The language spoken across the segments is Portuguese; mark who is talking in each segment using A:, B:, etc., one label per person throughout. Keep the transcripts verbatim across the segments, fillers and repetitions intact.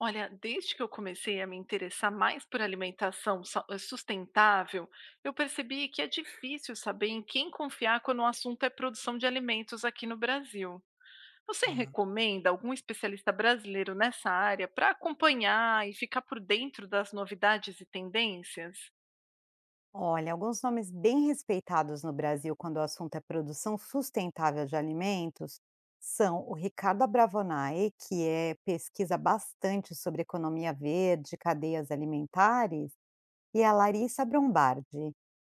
A: Olha, desde que eu comecei a me interessar mais por alimentação sa- eh, sustentável, eu percebi que é difícil saber em quem confiar quando o assunto é produção de alimentos aqui no Brasil. Você
B: Tá.
A: recomenda algum especialista brasileiro nessa área para acompanhar e ficar por dentro das novidades e tendências?
B: Olha, alguns nomes bem respeitados no Brasil quando o assunto é produção sustentável de alimentos são o Ricardo Abravanel, que é, pesquisa bastante sobre economia verde, cadeias alimentares, e a Larissa Brombardi,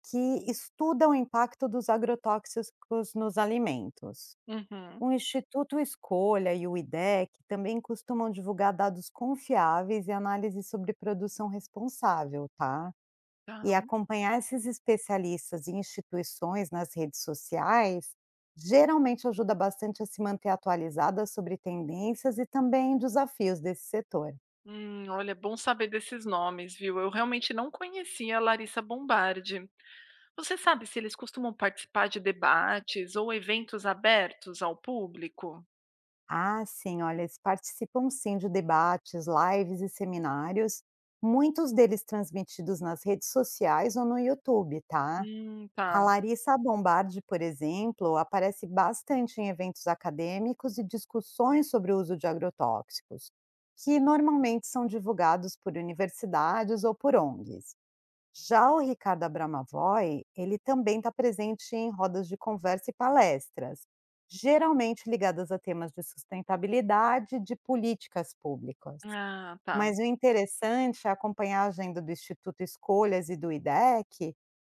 B: que estuda o impacto dos agrotóxicos nos alimentos.
A: Uhum,
B: O Instituto Escolha e o IDEC também costumam divulgar dados confiáveis e análises sobre produção responsável, tá?
A: tá.
B: E acompanhar esses especialistas e instituições nas redes sociais geralmente ajuda bastante a se manter atualizada sobre tendências e também desafios desse setor.
A: Hum, olha, é bom saber desses nomes, viu? Eu realmente não conhecia a Larissa Bombardi. Você sabe se eles costumam participar de debates ou eventos abertos ao público?
B: Ah, sim, olha, eles participam sim de debates, lives e seminários, muitos deles transmitidos nas redes sociais ou no YouTube, tá?
A: Hum,
B: A
A: tá.
B: Larissa Bombardi, por exemplo, aparece bastante em eventos acadêmicos e discussões sobre o uso de agrotóxicos, que normalmente são divulgados por universidades ou por O N Gs. Já o Ricardo Abramavoy, ele também está presente em rodas de conversa e palestras, geralmente ligadas a temas de sustentabilidade e de políticas públicas.
A: Ah, tá.
B: Mas o interessante é acompanhar a agenda do Instituto Escolhas e do IDEC,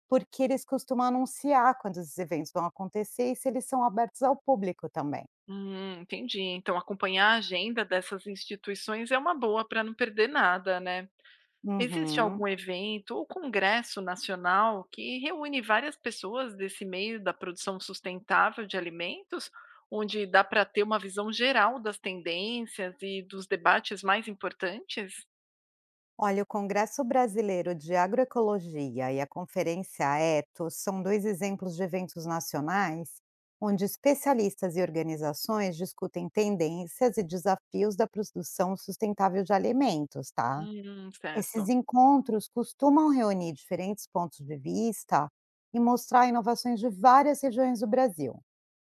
B: porque eles costumam anunciar quando esses eventos vão acontecer e se eles são abertos ao público também.
A: Hum, entendi. Então, acompanhar a agenda dessas instituições é uma boa para não perder nada, né? Existe
B: Uhum.
A: algum evento ou congresso nacional que reúne várias pessoas desse meio da produção sustentável de alimentos, onde dá para ter uma visão geral das tendências e dos debates mais importantes?
B: Olha, o Congresso Brasileiro de Agroecologia e a Conferência Eto são dois exemplos de eventos nacionais onde especialistas e organizações discutem tendências e desafios da produção sustentável de alimentos, tá?
A: Hum, certo.
B: Esses encontros costumam reunir diferentes pontos de vista e mostrar inovações de várias regiões do Brasil.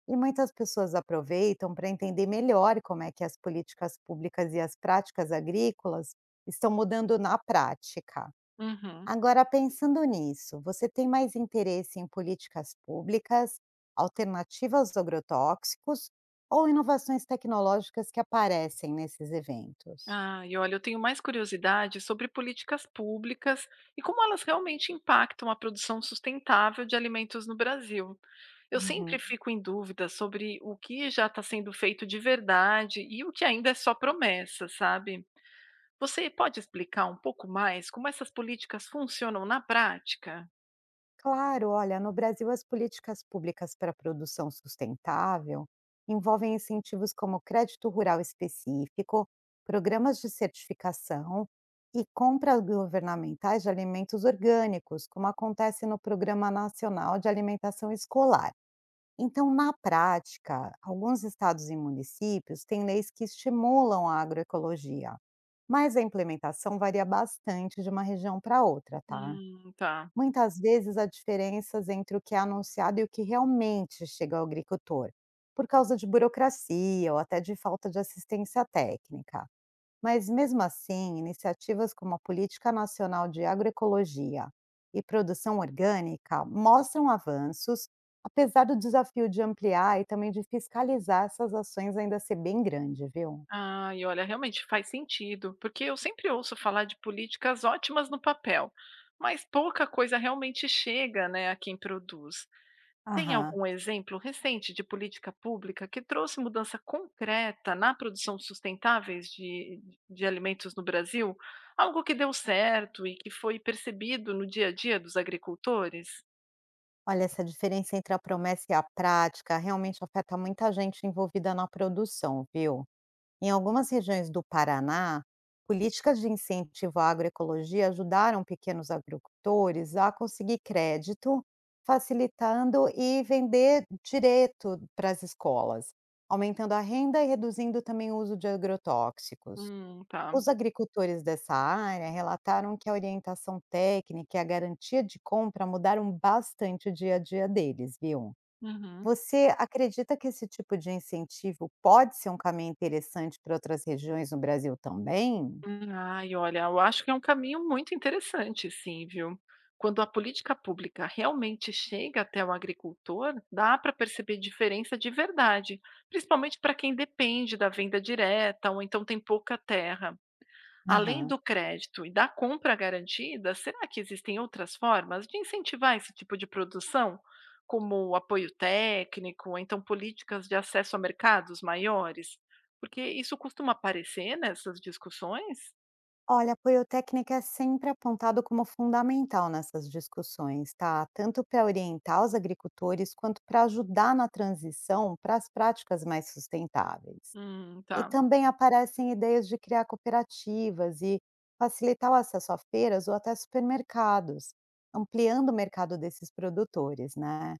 B: E muitas pessoas aproveitam para entender melhor como é que as políticas públicas e as práticas agrícolas estão mudando na prática.
A: Uhum.
B: Agora, pensando nisso, você tem mais interesse em políticas públicas, alternativas aos agrotóxicos ou inovações tecnológicas que aparecem nesses eventos?
A: Ah, e olha, eu tenho mais curiosidade sobre políticas públicas e como elas realmente impactam a produção sustentável de alimentos no Brasil. Eu sempre
B: Uhum.
A: fico em dúvida sobre o que já está sendo feito de verdade e o que ainda é só promessa, sabe? Você pode explicar um pouco mais como essas políticas funcionam na prática?
B: Claro, olha, no Brasil as políticas públicas para a produção sustentável envolvem incentivos como crédito rural específico, programas de certificação e compras governamentais de alimentos orgânicos, como acontece no Programa Nacional de Alimentação Escolar. Então, na prática, alguns estados e municípios têm leis que estimulam a agroecologia, mas a implementação varia bastante de uma região para outra, tá?
A: Hum, tá.
B: Muitas vezes há diferenças entre o que é anunciado e o que realmente chega ao agricultor, por causa de burocracia ou até de falta de assistência técnica. Mas mesmo assim, iniciativas como a Política Nacional de Agroecologia e Produção Orgânica mostram avanços, apesar do desafio de ampliar e também de fiscalizar essas ações ainda ser bem grande, viu?
A: Ah, e olha, realmente faz sentido, porque eu sempre ouço falar de políticas ótimas no papel, mas pouca coisa realmente chega, né, a quem produz. Tem
B: Aham.
A: algum exemplo recente de política pública que trouxe mudança concreta na produção sustentáveis de, de alimentos no Brasil? Algo que deu certo e que foi percebido no dia a dia dos agricultores?
B: Olha, essa diferença entre a promessa e a prática realmente afeta muita gente envolvida na produção, viu? Em algumas regiões do Paraná, políticas de incentivo à agroecologia ajudaram pequenos agricultores a conseguir crédito, facilitando e vender direto para as escolas, aumentando a renda e reduzindo também o uso de agrotóxicos.
A: Hum, tá.
B: Os agricultores dessa área relataram que a orientação técnica e a garantia de compra mudaram bastante o dia a dia deles, viu?
A: Uhum.
B: Você acredita que esse tipo de incentivo pode ser um caminho interessante para outras regiões no Brasil também?
A: Hum, ai, olha, eu acho que é um caminho muito interessante, sim, viu? Quando a política pública realmente chega até o agricultor, dá para perceber diferença de verdade, principalmente para quem depende da venda direta ou então tem pouca terra. Além
B: Aham.
A: do crédito e da compra garantida, será que existem outras formas de incentivar esse tipo de produção, como apoio técnico, ou então políticas de acesso a mercados maiores? Porque isso costuma aparecer nessas discussões.
B: Olha, apoio técnico é sempre apontado como fundamental nessas discussões, tá? Tanto para orientar os agricultores quanto para ajudar na transição para as práticas mais sustentáveis.
A: Hum,
B: E
A: tá.
B: também aparecem ideias de criar cooperativas e facilitar o acesso a feiras ou até supermercados, ampliando o mercado desses produtores, né?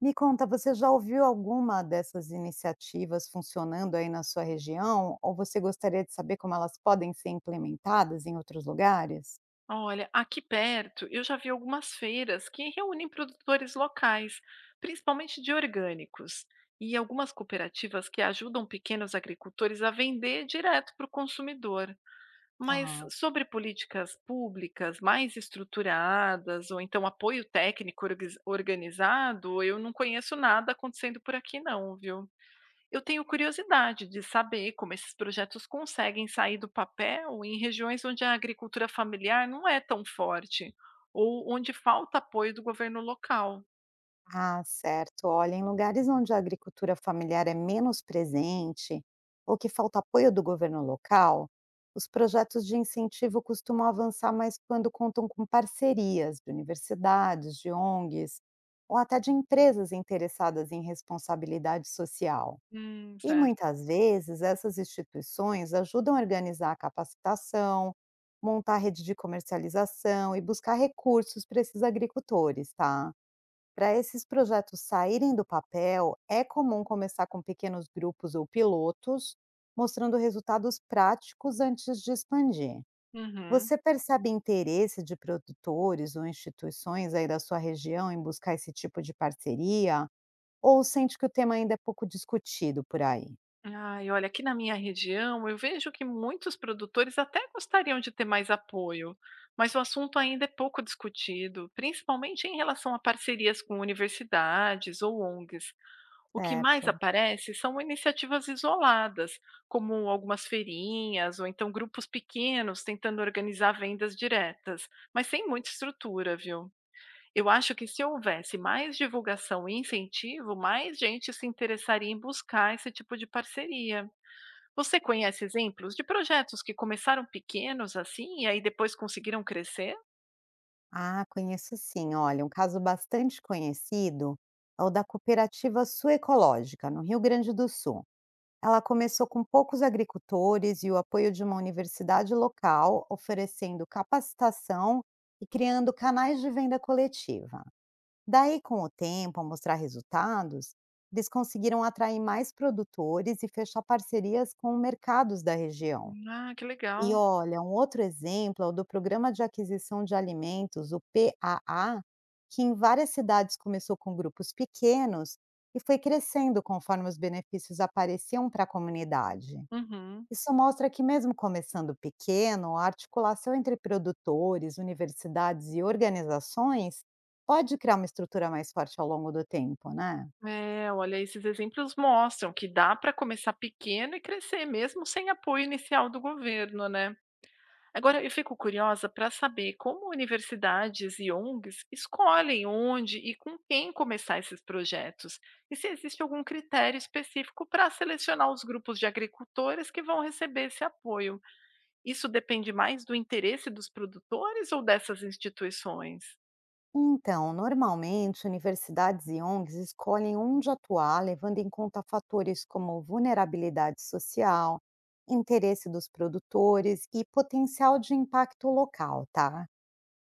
B: Me conta, você já ouviu alguma dessas iniciativas funcionando aí na sua região? Ou você gostaria de saber como elas podem ser implementadas em outros lugares?
A: Olha, aqui perto eu já vi algumas feiras que reúnem produtores locais, principalmente de orgânicos, e algumas cooperativas que ajudam pequenos agricultores a vender direto para o consumidor. Mas
B: Tá.
A: sobre políticas públicas mais estruturadas, ou então apoio técnico orgis- organizado, eu não conheço nada acontecendo por aqui, não, viu? Eu tenho curiosidade de saber como esses projetos conseguem sair do papel em regiões onde a agricultura familiar não é tão forte ou onde falta apoio do governo local.
B: Ah, certo. Olha, em lugares onde a agricultura familiar é menos presente ou que falta apoio do governo local, os projetos de incentivo costumam avançar mais quando contam com parcerias de universidades, de O N Gs ou até de empresas interessadas em responsabilidade social.
A: Hum,
B: E
A: certo.
B: muitas vezes essas instituições ajudam a organizar a capacitação, montar rede de comercialização e buscar recursos para esses agricultores, tá? Para esses projetos saírem do papel, é comum começar com pequenos grupos ou pilotos, mostrando resultados práticos antes de expandir.
A: Uhum.
B: Você percebe interesse de produtores ou instituições aí da sua região em buscar esse tipo de parceria? Ou sente que o tema ainda é pouco discutido por aí?
A: Ai, olha, aqui na minha região eu vejo que muitos produtores até gostariam de ter mais apoio, mas o assunto ainda é pouco discutido, principalmente em relação a parcerias com universidades ou O N Gs. O que mais
B: Certo.
A: aparece são iniciativas isoladas, como algumas feirinhas ou então grupos pequenos tentando organizar vendas diretas, mas sem muita estrutura, viu? Eu acho que se houvesse mais divulgação e incentivo, mais gente se interessaria em buscar esse tipo de parceria. Você conhece exemplos de projetos que começaram pequenos assim e aí depois conseguiram crescer?
B: Ah, conheço sim. Olha, um caso bastante conhecido é o da cooperativa Suecológica, no Rio Grande do Sul. Ela começou com poucos agricultores e o apoio de uma universidade local, oferecendo capacitação e criando canais de venda coletiva. Daí, com o tempo, ao mostrar resultados, eles conseguiram atrair mais produtores e fechar parcerias com mercados da região.
A: Ah, que
B: E
A: legal.
B: olha, um outro exemplo é o do Programa de Aquisição de Alimentos, o P A A, que em várias cidades começou com grupos pequenos e foi crescendo conforme os benefícios apareciam para a comunidade.
A: Uhum.
B: Isso mostra que, mesmo começando pequeno, a articulação entre produtores, universidades e organizações pode criar uma estrutura mais forte ao longo do tempo, né?
A: É, olha, esses exemplos mostram que dá para começar pequeno e crescer, mesmo sem apoio inicial do governo, né? Agora, eu fico curiosa para saber como universidades e O N Gs escolhem onde e com quem começar esses projetos, e se existe algum critério específico para selecionar os grupos de agricultores que vão receber esse apoio. Isso depende mais do interesse dos produtores ou dessas instituições?
B: Então, normalmente, universidades e O N Gs escolhem onde atuar, levando em conta fatores como vulnerabilidade social, interesse dos produtores e potencial de impacto local, tá?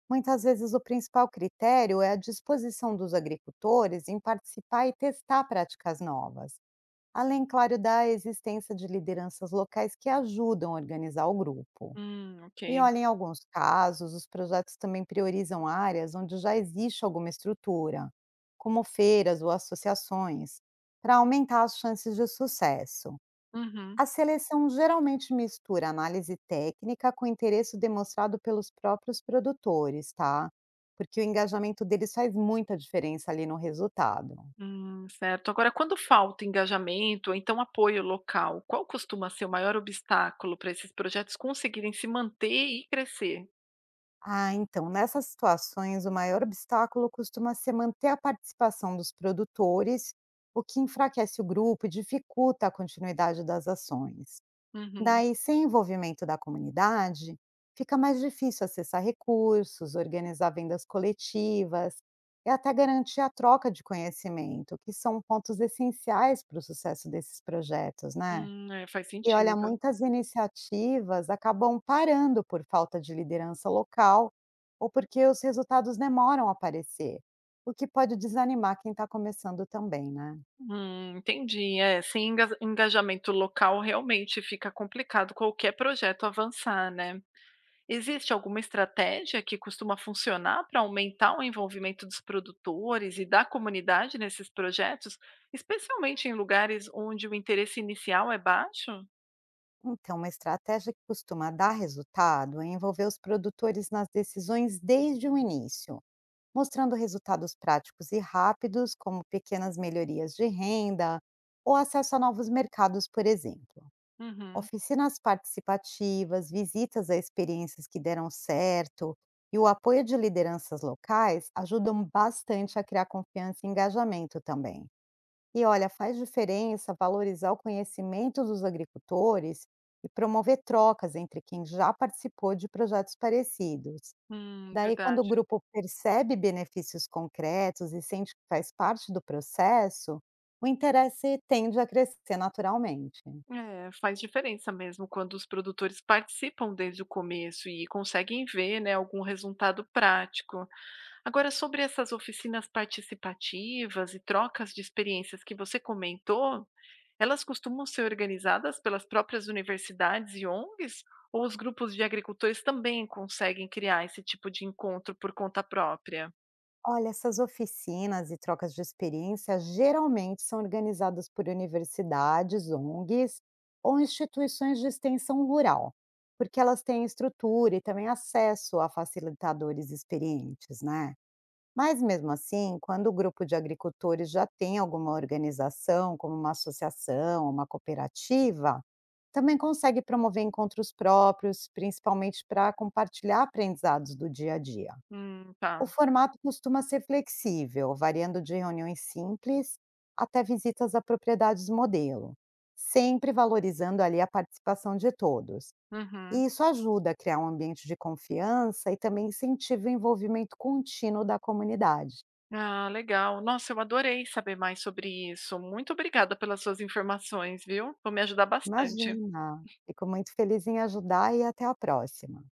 B: Muitas vezes o principal critério é a disposição dos agricultores em participar e testar práticas novas, além, claro, da existência de lideranças locais que ajudam a organizar o grupo.
A: Hum, ok.
B: E olha, em alguns casos, os projetos também priorizam áreas onde já existe alguma estrutura, como feiras ou associações, para aumentar as chances de sucesso.
A: Uhum.
B: A seleção geralmente mistura análise técnica com interesse demonstrado pelos próprios produtores, tá? Porque o engajamento deles faz muita diferença ali no resultado.
A: Hum, certo. Agora, quando falta engajamento ou então apoio local, qual costuma ser o maior obstáculo para esses projetos conseguirem se manter e crescer?
B: Ah, então, nessas situações, o maior obstáculo costuma ser manter a participação dos produtores, o que enfraquece o grupo e dificulta a continuidade das ações.
A: Uhum.
B: Daí, sem envolvimento da comunidade, fica mais difícil acessar recursos, organizar vendas coletivas e até garantir a troca de conhecimento, que são pontos essenciais para o sucesso desses projetos, né?
A: Hum, é, faz
B: E
A: sentido.
B: olha, muitas iniciativas acabam parando por falta de liderança local ou porque os resultados demoram a aparecer, o que pode desanimar quem está começando também, né?
A: Hum, entendi. É, sem enga- engajamento local, realmente fica complicado qualquer projeto avançar, né? Existe alguma estratégia que costuma funcionar para aumentar o envolvimento dos produtores e da comunidade nesses projetos, especialmente em lugares onde o interesse inicial é baixo?
B: Então, uma estratégia que costuma dar resultado é envolver os produtores nas decisões desde o início, mostrando resultados práticos e rápidos, como pequenas melhorias de renda ou acesso a novos mercados, por exemplo.
A: Uhum.
B: Oficinas participativas, visitas a experiências que deram certo e o apoio de lideranças locais ajudam bastante a criar confiança e engajamento também. E olha, faz diferença valorizar o conhecimento dos agricultores e promover trocas entre quem já participou de projetos parecidos.
A: Hum,
B: Daí, quando o
A: verdade.
B: grupo percebe benefícios concretos e sente que faz parte do processo, o interesse tende a crescer naturalmente.
A: É, faz diferença mesmo quando os produtores participam desde o começo e conseguem ver, né, algum resultado prático. Agora, sobre essas oficinas participativas e trocas de experiências que você comentou, elas costumam ser organizadas pelas próprias universidades e O N Gs? Ou os grupos de agricultores também conseguem criar esse tipo de encontro por conta própria?
B: Olha, essas oficinas e trocas de experiência geralmente são organizadas por universidades, O N Gs ou instituições de extensão rural, porque elas têm estrutura e também acesso a facilitadores experientes, né? Mas mesmo assim, quando o grupo de agricultores já tem alguma organização, como uma associação, uma cooperativa, também consegue promover encontros próprios, principalmente para compartilhar aprendizados do dia a dia.
A: Hum, tá.
B: O formato costuma ser flexível, variando de reuniões simples até visitas a propriedades modelo, sempre valorizando ali a participação de todos.
A: Uhum.
B: E isso ajuda a criar um ambiente de confiança e também incentiva o envolvimento contínuo da comunidade.
A: Ah, legal. Nossa, eu adorei saber mais sobre isso. Muito obrigada pelas suas informações, viu? Vão me ajudar bastante.
B: Imagina! Fico muito feliz em ajudar e até a próxima.